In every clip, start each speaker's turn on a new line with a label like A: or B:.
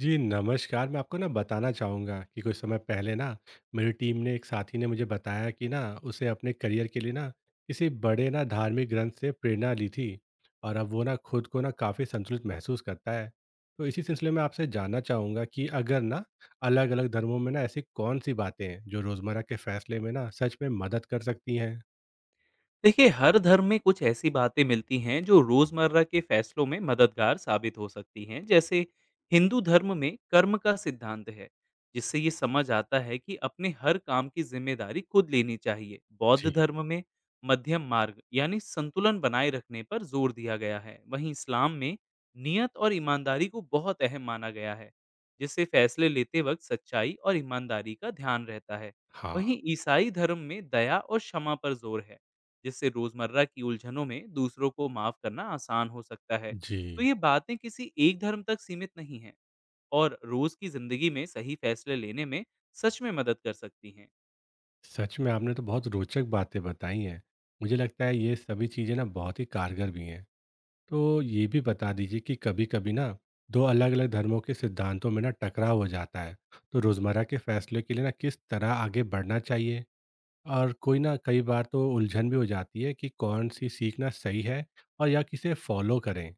A: जी, नमस्कार। मैं आपको ना बताना चाहूँगा कि कुछ समय पहले ना मेरी टीम ने एक साथी ने मुझे बताया कि ना उसे अपने करियर के लिए ना किसी बड़े ना धार्मिक ग्रंथ से प्रेरणा ली थी। और अब वो ना खुद को ना काफ़ी संतुलित महसूस करता है। तो इसी सिलसिले में आपसे जानना चाहूँगा कि अगर ना अलग-अलग धर्मों में ना ऐसी कौन-सी बातें हैं जो रोज़मर्रा के फैसले में ना सच में मदद कर सकती हैं?
B: देखिए हर धर्म में कुछ ऐसी बातें मिलती हैं जो रोजमर्रा के फैसलों में मददगार साबित हो सकती हैं। जैसे हिंदू धर्म में कर्म का सिद्धांत है, जिससे ये समझ आता है कि अपने हर काम की जिम्मेदारी खुद लेनी चाहिए। बौद्ध
A: जी।
B: धर्म में मध्यम मार्ग यानी संतुलन बनाए रखने पर जोर दिया गया है। वहीं इस्लाम में नियत और ईमानदारी को बहुत अहम माना गया है, जिससे फैसले लेते वक्त सच्चाई और ईमानदारी का ध्यान रहता है।
A: हाँ।
B: वहीं ईसाई धर्म में दया और क्षमा पर जोर है, जिससे रोजमर्रा की उलझनों में दूसरों को माफ करना आसान हो सकता है। तो
A: जी,
B: ये बातें किसी एक धर्म तक सीमित नहीं हैं, और रोज की जिंदगी में सही फैसले लेने में सच में मदद कर सकती हैं।
A: सच में आपने तो बहुत रोचक बातें बताई हैं। मुझे लगता है ये सभी चीज़ें ना बहुत ही कारगर भी हैं। तो ये भी बता दीजिए कि कभी-कभी ना 2 अलग-अलग धर्मों के सिद्धांतों में ना टकराव हो जाता है। तो रोज़मर्रा के फैसले के लिए ना किस तरह आगे बढ़ना चाहिए? और कोई ना कई बार तो उलझन भी हो जाती है कि कौन-सी सीखना सही है और या किसे फ़ॉलो करें?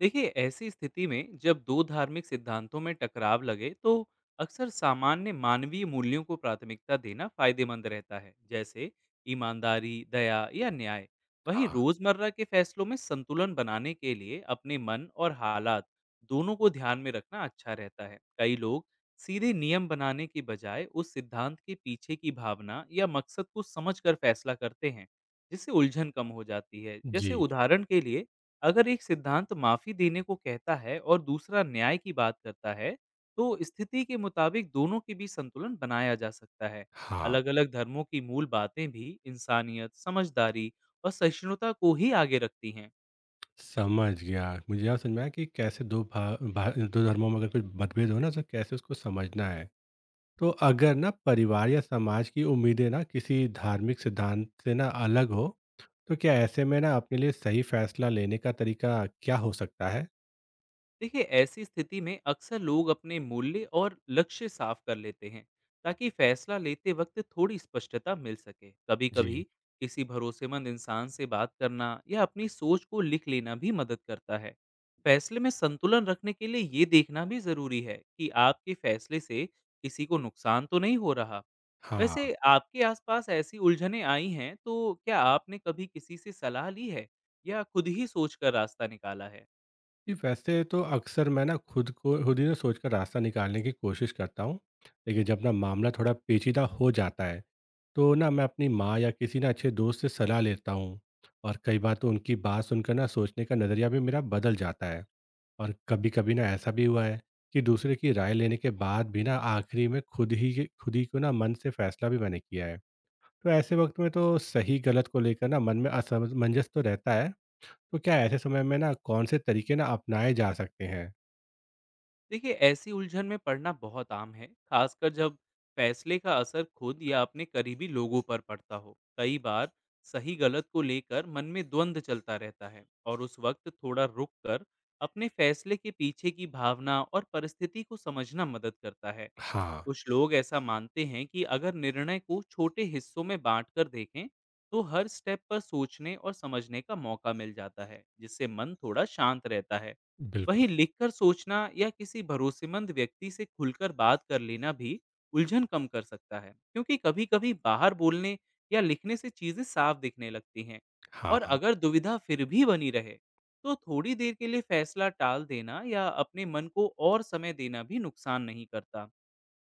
B: देखिए ऐसी स्थिति में जब दो धार्मिक सिद्धांतों में टकराव लगे, तो अक्सर सामान्य मानवीय मूल्यों को प्राथमिकता देना फायदेमंद रहता है। जैसे ईमानदारी, दया या न्याय। वहीं
A: हाँ।
B: रोजमर्रा के फैसलों में संतुलन बनाने के लिए अपने मन और हालात दोनों को ध्यान में रखना अच्छा रहता है। कई लोग सीधे नियम बनाने की बजाय उस सिद्धांत के पीछे की भावना या मकसद को समझकर फैसला करते हैं, जिससे उलझन कम हो जाती है। जैसे
A: जी।
B: उदाहरण के लिए, अगर एक सिद्धांत माफी देने को कहता है और दूसरा न्याय की बात करता है, तो स्थिति के मुताबिक दोनों के बीच संतुलन बनाया जा सकता है।
A: हाँ।
B: अलग-अलग धर्मों की मूल बातें भी इंसानियत, समझदारी और सहिष्णुता को ही आगे रखती हैं।
A: समझ गया। मुझे अब समझ में आया कि कैसे 2 भा भा 2 धर्मों में अगर कोई मतभेद हो ना तो कैसे उसको समझना है। तो अगर ना परिवार या समाज की उम्मीदें ना किसी धार्मिक सिद्धांत से ना अलग हो तो क्या ऐसे में ना अपने लिए सही फैसला लेने का तरीका क्या हो सकता है?
B: देखिए ऐसी स्थिति में अक्सर लोग अपने मूल्य और लक्ष्य साफ कर लेते हैं, ताकि फैसला लेते वक्त थोड़ी स्पष्टता मिल सके। कभी कभी
A: जी।
B: किसी भरोसेमंद इंसान से बात करना या अपनी सोच को लिख लेना भी मदद करता है। फैसले में संतुलन रखने के लिए ये देखना भी जरूरी है कि आपके फैसले से किसी को नुकसान तो नहीं हो रहा।
A: हाँ।
B: वैसे आपके आसपास ऐसी उलझनें आई हैं, तो क्या आपने कभी किसी से सलाह ली है या खुद ही सोचकर रास्ता निकाला है?
A: जी, वैसे तो अक्सर मैं ना खुद को खुद ही ना सोचकर रास्ता निकालने की कोशिश करता हूँ। लेकिन जब ना मामला थोड़ा पेचीदा हो जाता है तो ना मैं अपनी माँ या किसी ना अच्छे दोस्त से सलाह लेता हूँ। और कई बार तो उनकी बात सुनकर ना सोचने का नज़रिया भी मेरा बदल जाता है। और कभी कभी ना ऐसा भी हुआ है कि दूसरे की राय लेने के बाद भी ना आखिरी में खुद ही को ना मन से फैसला भी मैंने किया है। तो ऐसे वक्त में तो सही गलत को लेकर ना मन में असमंजस तो रहता है। तो क्या ऐसे समय में ना कौन से तरीके ना अपनाए जा सकते हैं?
B: देखिए ऐसी उलझन में पड़ना बहुत आम है, खासकर जब फैसले का असर खुद या अपने करीबी लोगों पर पड़ता हो। कई बार सही गलत को लेकर मन में द्वंद्व चलता रहता है, और उस वक्त थोड़ा रुक कर अपने फैसले के पीछे की भावना और परिस्थिति को समझना मदद करता है।
A: हाँ।
B: कुछ लोग ऐसा मानते हैं कि अगर निर्णय को छोटे हिस्सों में बांटकर देखें, तो हर स्टेप पर सोचने और समझने का मौका मिल जाता है, जिससे मन थोड़ा शांत रहता है। वहीं
A: बिल्कुल।
B: लिखकर सोचना या किसी भरोसेमंद व्यक्ति से खुलकर बात कर लेना भी उलझन कम कर सकता है, क्योंकि कभी-कभी बाहर बोलने या लिखने से चीजें साफ दिखने लगती हैं। और
A: हाँ।
B: अगर दुविधा फिर भी बनी रहे, तो थोड़ी देर के लिए फैसला टाल देना या अपने मन को और समय देना भी नुकसान नहीं करता।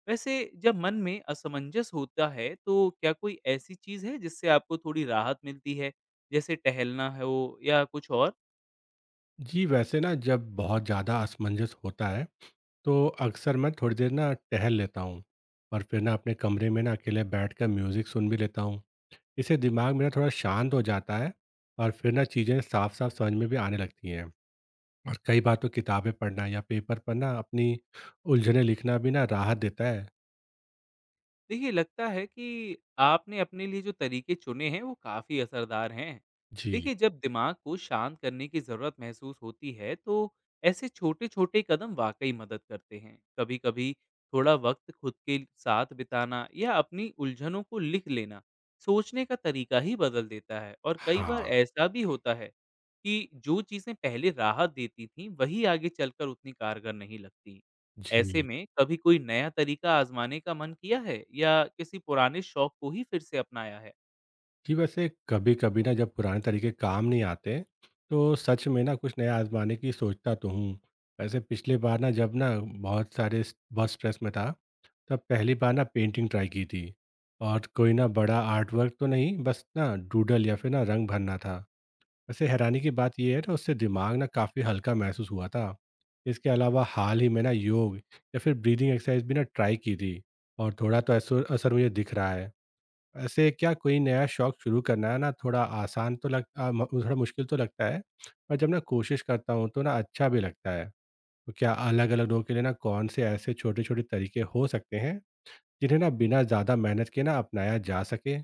B: वैसे जब मन में असमंजस होता है, तो क्या कोई ऐसी चीज़ है जिससे आपको थोड़ी राहत मिलती है? जैसे टहलना हो या कुछ और?
A: जी, वैसे ना जब बहुत ज़्यादा असमंजस होता है, तो अक्सर मैं थोड़ी देर ना टहल लेता हूँ और फिर ना अपने कमरे में ना अकेले बैठकर म्यूज़िक सुन भी लेता हूँ। इससे दिमाग मेरा थोड़ा शांत हो जाता है और फिर ना चीज़ें साफ-साफ समझ में भी आने लगती हैं। और कई बार तो किताबें पढ़ना या पेपर पर ना अपनी उलझनें लिखना भी ना राहत देता है।
B: देखिए लगता है कि आपने अपने लिए जो तरीके चुने हैं वो काफ़ी असरदार हैं।
A: जी।
B: देखिए जब दिमाग को शांत करने की ज़रूरत महसूस होती है, तो ऐसे छोटे-छोटे कदम वाकई मदद करते हैं। कभी-कभी थोड़ा वक्त खुद के साथ बिताना या अपनी उलझनों को लिख लेना सोचने का तरीका ही बदल देता है। और कई बार
A: हाँ।
B: ऐसा भी होता है कि जो चीज़ें पहले राहत देती थीं वही आगे चलकर उतनी कारगर नहीं लगती। ऐसे
A: जी।
B: में कभी कोई नया तरीका आजमाने का मन किया है या किसी पुराने शौक को ही फिर से अपनाया है?
A: जी, वैसे कभी कभी ना जब पुराने तरीके काम नहीं आते तो सच में ना कुछ नया आजमाने की सोचता तो हूँ। वैसे पिछले बार ना जब ना बहुत स्ट्रेस में था, तब पहली बार ना पेंटिंग ट्राई की थी। और कोई ना बड़ा आर्ट वर्क तो नहीं, बस ना डूडल या फिर ना रंग भरना था। वैसे हैरानी की बात यह है ना उससे दिमाग ना काफ़ी हल्का महसूस हुआ था। इसके अलावा हाल ही में ना योग या फिर ब्रीदिंग एक्सरसाइज भी ना ट्राई की थी और थोड़ा तो असर असर मुझे दिख रहा है। ऐसे क्या कोई नया शौक शुरू करना है ना, थोड़ा आसान तो लग आ, म- थोड़ा मुश्किल तो लगता है, पर जब ना कोशिश करता हूँ तो ना अच्छा भी लगता है। तो क्या अलग अलग लोगों के लिए ना कौन से ऐसे छोटे छोटे तरीके हो सकते हैं जिन्हें ना बिना ज़्यादा मेहनत के ना अपनाया जा सके?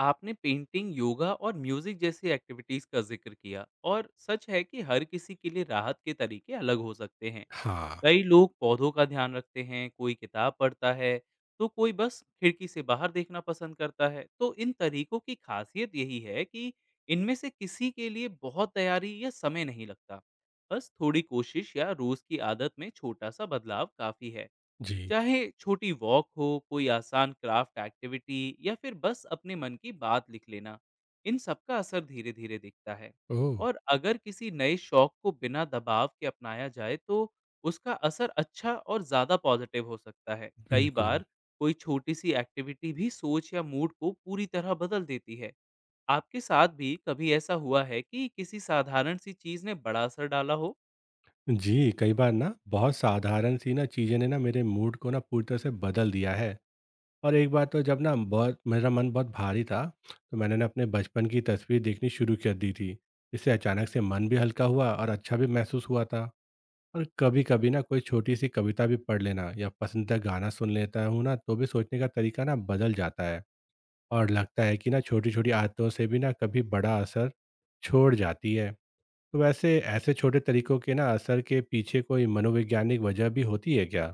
B: आपने पेंटिंग, योगा और म्यूजिक जैसी एक्टिविटीज का जिक्र किया, और सच है कि हर किसी के लिए राहत के तरीके अलग हो सकते हैं।
A: हाँ।
B: कई लोग पौधों का ध्यान रखते हैं, कोई किताब पढ़ता है, तो कोई बस खिड़की से बाहर देखना पसंद करता है। तो इन तरीकों की खासियत यही है कि इनमें से किसी के लिए बहुत तैयारी या समय नहीं लगता। बस थोड़ी कोशिश या रोज की आदत में छोटा सा बदलाव काफी है।
A: जी।
B: चाहे छोटी वॉक हो, कोई आसान क्राफ्ट एक्टिविटी, या फिर बस अपने मन की बात लिख लेना, इन सब का असर धीरे धीरे दिखता है।
A: ओह।
B: और अगर किसी नए शौक को बिना दबाव के अपनाया जाए, तो उसका असर अच्छा और ज़्यादा पॉजिटिव हो सकता है। कई
A: बिल्कुल।
B: बार कोई छोटी सी एक्टिविटी भी सोच या मूड को पूरी तरह बदल देती है। आपके साथ भी कभी ऐसा हुआ है कि किसी साधारण सी चीज़ ने बड़ा असर डाला हो?
A: जी, कई बार ना बहुत साधारण सी ना चीज़ें ने ना मेरे मूड को ना पूरी तरह से बदल दिया है। और एक बार तो जब ना बहुत मेरा मन बहुत भारी था, तो मैंने ना अपने बचपन की तस्वीर देखनी शुरू कर दी थी। इससे अचानक से मन भी हल्का हुआ और अच्छा भी महसूस हुआ था। और कभी कभी ना कोई छोटी सी कविता भी पढ़ लेना या पसंदीदा गाना सुन लेता हूँ ना तो भी सोचने का तरीका ना बदल जाता है। और लगता है कि ना छोटी छोटी आदतों से भी ना कभी बड़ा असर छोड़ जाती है। तो वैसे ऐसे छोटे तरीकों के ना असर के पीछे कोई मनोवैज्ञानिक वजह भी होती है क्या?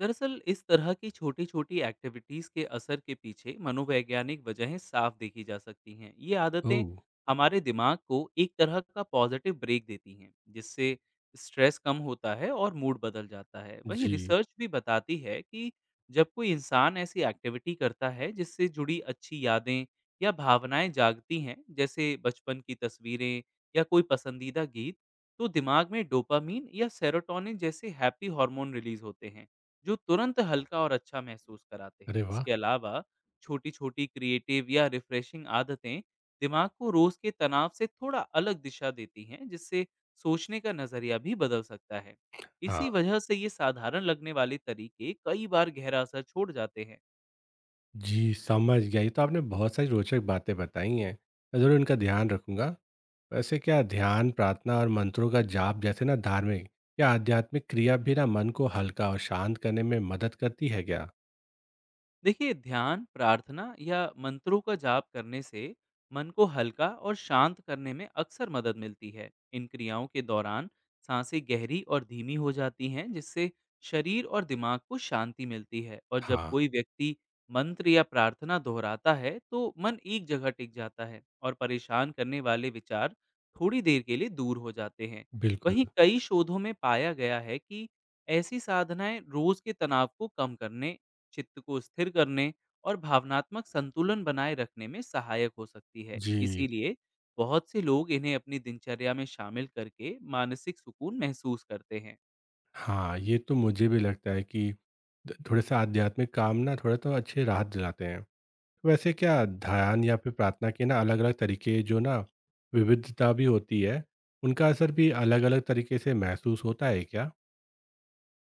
B: दरअसल इस तरह की छोटी छोटी एक्टिविटीज़ के असर के पीछे मनोवैज्ञानिक वजहें साफ देखी जा सकती हैं। ये आदतें
A: ओह।
B: हमारे दिमाग को एक तरह का पॉजिटिव ब्रेक देती हैं, जिससे स्ट्रेस कम होता है और मूड बदल जाता है। वहीं
A: जी।
B: रिसर्च भी बताती है कि जब कोई इंसान ऐसी एक्टिविटी करता है जिससे जुड़ी अच्छी यादें या भावनाएं जागती हैं, जैसे बचपन की तस्वीरें या कोई पसंदीदा गीत, तो दिमाग में डोपामीन या सेरोटोनिन जैसे हैप्पी हार्मोन रिलीज होते हैं, जो तुरंत हल्का और अच्छा महसूस कराते हैं।
A: अरे वाह।
B: इसके अलावा छोटी-छोटी क्रिएटिव या रिफ्रेशिंग आदतें दिमाग को रोज के तनाव से थोड़ा अलग दिशा देती हैं, जिससे सोचने का नज़रिया भी बदल सकता है। इसी
A: हाँ।
B: वजह से ये साधारण लगने वाले तरीके कई बार गहरा असर छोड़ जाते हैं।
A: जी, समझ गया। ये तो आपने बहुत सारी रोचक बातें बताई हैं। मैं ज़रूर इनका ध्यान रखूँगा। वैसे क्या ध्यान, प्रार्थना और मंत्रों का जाप जैसे ना धार्मिक या आध्यात्मिक क्रिया भी ना मन को हल्का और शांत करने में मदद करती है क्या?
B: देखिए ध्यान, प्रार्थना या मंत्रों का जाप करने से मन को हल्का और शांत करने में अक्सर मदद मिलती है। इन क्रियाओं के दौरान सांसें गहरी और धीमी हो जाती हैं, जिससे शरीर और दिमाग को शांति मिलती है। और जब
A: हाँ।
B: कोई व्यक्ति मंत्र या प्रार्थना दोहराता है, तो मन एक जगह टिक जाता है और परेशान करने वाले विचार थोड़ी देर के लिए दूर हो जाते हैं।
A: बिल्कुल।
B: वहीं कई शोधों में पाया गया है कि ऐसी साधनाएं रोज के तनाव को कम करने, चित्त को स्थिर करने और भावनात्मक संतुलन बनाए रखने में सहायक हो सकती है।
A: जी।
B: इसीलिए बहुत से लोग इन्हें अपनी दिनचर्या में शामिल करके मानसिक सुकून महसूस करते हैं।
A: हाँ, ये तो मुझे भी लगता है कि द थोड़ा-सा आध्यात्मिक काम ना थोड़ा तो अच्छे राहत दिलाते हैं। वैसे क्या ध्यान या फिर प्रार्थना के ना अलग-अलग तरीके जो ना विविधता भी होती है, उनका असर भी अलग-अलग तरीके से महसूस होता है क्या?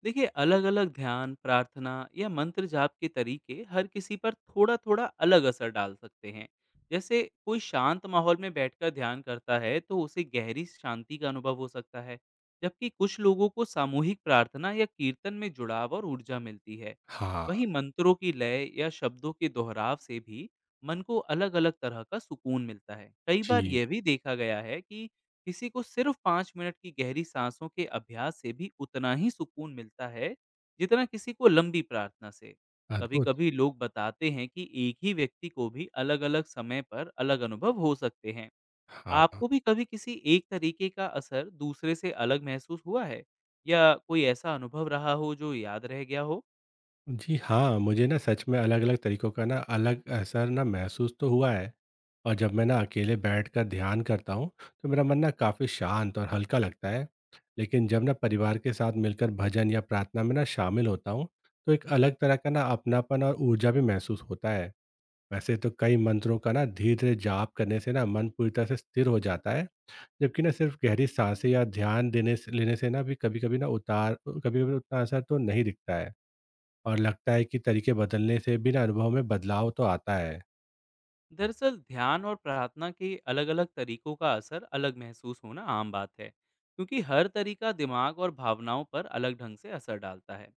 B: देखिए अलग अलग ध्यान, प्रार्थना या मंत्र जाप के तरीके हर किसी पर थोड़ा थोड़ा अलग असर डाल सकते हैं। जैसे कोई शांत माहौल में बैठकर ध्यान करता है, तो उसे गहरी शांति का अनुभव हो सकता है, जबकि कुछ लोगों को सामूहिक प्रार्थना या कीर्तन में जुड़ाव और ऊर्जा मिलती है।
A: हाँ।
B: वहीं मंत्रों की लय या शब्दों के दोहराव से भी मन को अलग अलग तरह का सुकून मिलता है। कई बार
A: जी।
B: यह भी देखा गया है कि किसी को सिर्फ 5 मिनट की गहरी साँसों के अभ्यास से भी उतना ही सुकून मिलता है, जितना किसी को लंबी प्रार्थना से।
A: अद्भुत!
B: कभी-कभी लोग बताते हैं कि एक ही व्यक्ति को भी अलग-अलग समय पर अलग अनुभव हो सकते हैं।
A: हाँ।
B: आपको भी कभी किसी एक तरीके का असर दूसरे से अलग महसूस हुआ है? या कोई ऐसा अनुभव रहा हो जो याद रह गया हो?
A: जी हाँ, मुझे ना सच में अलग-अलग तरीकों का ना अलग असर ना महसूस तो हुआ है। और जब मैं ना अकेले बैठकर ध्यान करता हूँ, तो मेरा मन ना काफ़ी शांत और हल्का लगता है। लेकिन जब ना परिवार के साथ मिलकर भजन या प्रार्थना में ना शामिल होता हूँ, तो एक अलग तरह का ना अपनापन और ऊर्जा भी महसूस होता है। वैसे तो कई मंत्रों का ना धीरे-धीरे जाप करने से ना मन पूरी तरह से स्थिर हो जाता है, जबकि ना सिर्फ गहरी साँसें या ध्यान देने से लेने से ना भी कभी-कभी ना उतार कभी-कभी उतना असर तो नहीं दिखता है। और लगता है कि तरीके बदलने से भी ना अनुभव में बदलाव तो आता है।
B: दरअसल ध्यान और प्रार्थना के अलग अलग तरीकों का असर अलग महसूस होना आम बात है, क्योंकि हर तरीका दिमाग और भावनाओं पर अलग ढंग से असर डालता है।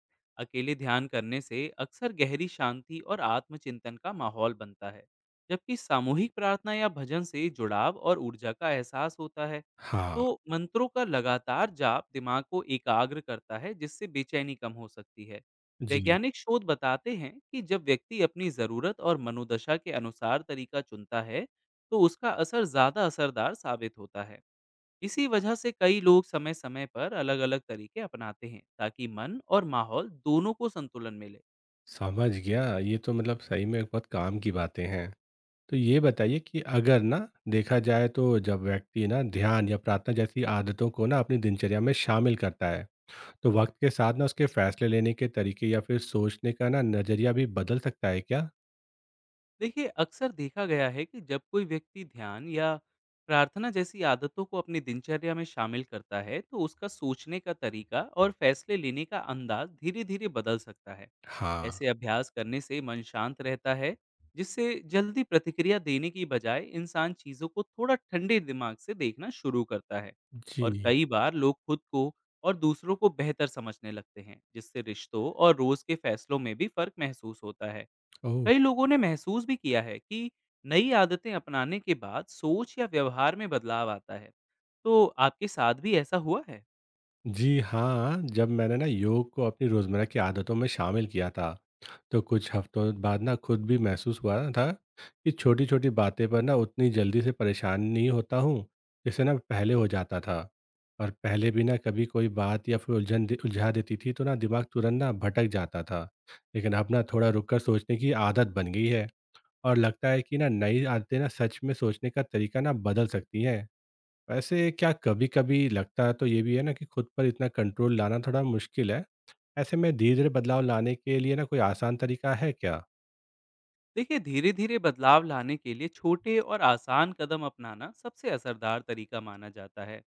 B: अकेले ध्यान करने से अक्सर गहरी शांति और आत्मचिंतन का माहौल बनता है, जबकि सामूहिक प्रार्थना या भजन से जुड़ाव और ऊर्जा का एहसास होता है।
A: हाँ।
B: तो मंत्रों का लगातार जाप दिमाग को एकाग्र करता है, जिससे बेचैनी कम हो सकती है।
A: जी,
B: वैज्ञानिक शोध बताते हैं कि जब व्यक्ति अपनी जरूरत और मनोदशा के अनुसार तरीका चुनता है, तो उसका असर ज्यादा असरदार साबित होता है। इसी वजह से कई लोग समय-समय पर अलग-अलग तरीके अपनाते हैं, ताकि मन और माहौल दोनों को संतुलन मिले।
A: समझ गया। ये तो मतलब सही में बहुत काम की बातें हैं। तो ये बताइए कि अगर ना देखा जाए तो जब व्यक्ति ना ध्यान या प्रार्थना जैसी आदतों को ना अपनी दिनचर्या में शामिल करता है, तो वक़्त के साथ ना उसके फैसले लेने के तरीके या फिर सोचने का ना नज़रिया भी बदल सकता है क्या?
B: देखिए, अक्सर देखा गया है कि जब कोई व्यक्ति ध्यान या प्रार्थना जैसी आदतों को अपनी दिनचर्या में शामिल करता है, तो उसका सोचने का तरीका और फैसले लेने का अंदाज धीरे-धीरे बदल सकता है।
A: हाँ।
B: ऐसे अभ्यास करने से मन शांत रहता है, जिससे जल्दी प्रतिक्रिया देने की बजाय इंसान चीज़ों को थोड़ा ठंडे दिमाग से देखना शुरू करता है। और
A: जी।
B: कई बार लोग खुद को और दूसरों को बेहतर समझने लगते हैं, जिससे रिश्तों और रोज़ के फैसलों में भी फ़र्क महसूस होता है।
A: ओह!
B: कई लोगों ने महसूस भी किया है कि नई आदतें अपनाने के बाद सोच या व्यवहार में बदलाव आता है। तो आपके साथ भी ऐसा हुआ है?
A: जी हाँ, जब मैंने ना योग को अपनी रोज़मर्रा की आदतों में शामिल किया था, तो कुछ हफ्तों बाद ना खुद भी महसूस हुआ था कि छोटी-छोटी बातें पर ना उतनी जल्दी से परेशान नहीं होता हूँ, जैसे ना पहले हो जाता था। और पहले भी ना कभी कोई बात या फिर उलझन दे उलझा देती थी तो ना दिमाग तुरंत ना भटक जाता था। लेकिन अब ना थोड़ा रुक कर सोचने की आदत बन गई है और लगता है कि ना नई आदतें ना सच में सोचने का तरीका ना बदल सकती हैं। वैसे क्या कभी-कभी लगता है तो ये भी है ना कि खुद पर इतना कंट्रोल लाना थोड़ा मुश्किल है। ऐसे में धीरे-धीरे बदलाव लाने के लिए ना कोई आसान तरीका है क्या?
B: देखिए धीरे धीरे बदलाव लाने के लिए छोटे और आसान कदम अपनाना सबसे असरदार तरीका माना जाता है।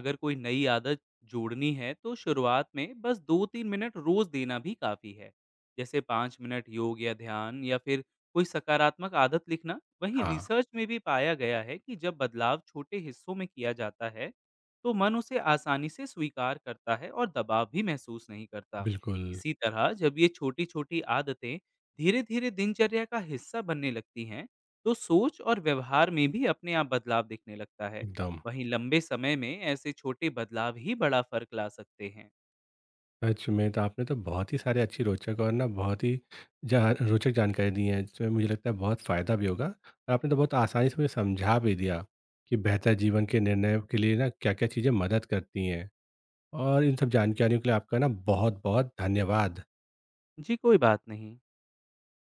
B: अगर कोई नई आदत जोड़नी है, तो शुरुआत में बस 2-3 मिनट रोज देना भी काफ़ी है। जैसे 5 मिनट योग या ध्यान, या फिर कोई सकारात्मक आदत लिखना। वहीं
A: हाँ।
B: रिसर्च में भी पाया गया है कि जब बदलाव छोटे हिस्सों में किया जाता है, तो मन उसे आसानी से स्वीकार करता है और दबाव भी महसूस नहीं करता।
A: बिल्कुल।
B: इसी तरह जब ये छोटी छोटी आदतें धीरे धीरे दिनचर्या का हिस्सा बनने लगती हैं, तो सोच और व्यवहार में भी अपने आप बदलाव दिखने लगता है।
A: एकदम।
B: वहीं लंबे समय में ऐसे छोटे बदलाव ही बड़ा फर्क ला सकते हैं।
A: सच में, तो आपने तो बहुत ही सारे अच्छी रोचक और ना बहुत ही जा रोचक जानकारी दी है जिसमें मुझे लगता है बहुत फ़ायदा भी होगा। और आपने तो बहुत आसानी से मुझे समझा भी दिया कि बेहतर जीवन के निर्णय के लिए ना क्या-क्या चीज़ें मदद करती हैं। और इन सब जानकारियों के लिए आपका ना बहुत-बहुत धन्यवाद।
B: जी कोई बात नहीं।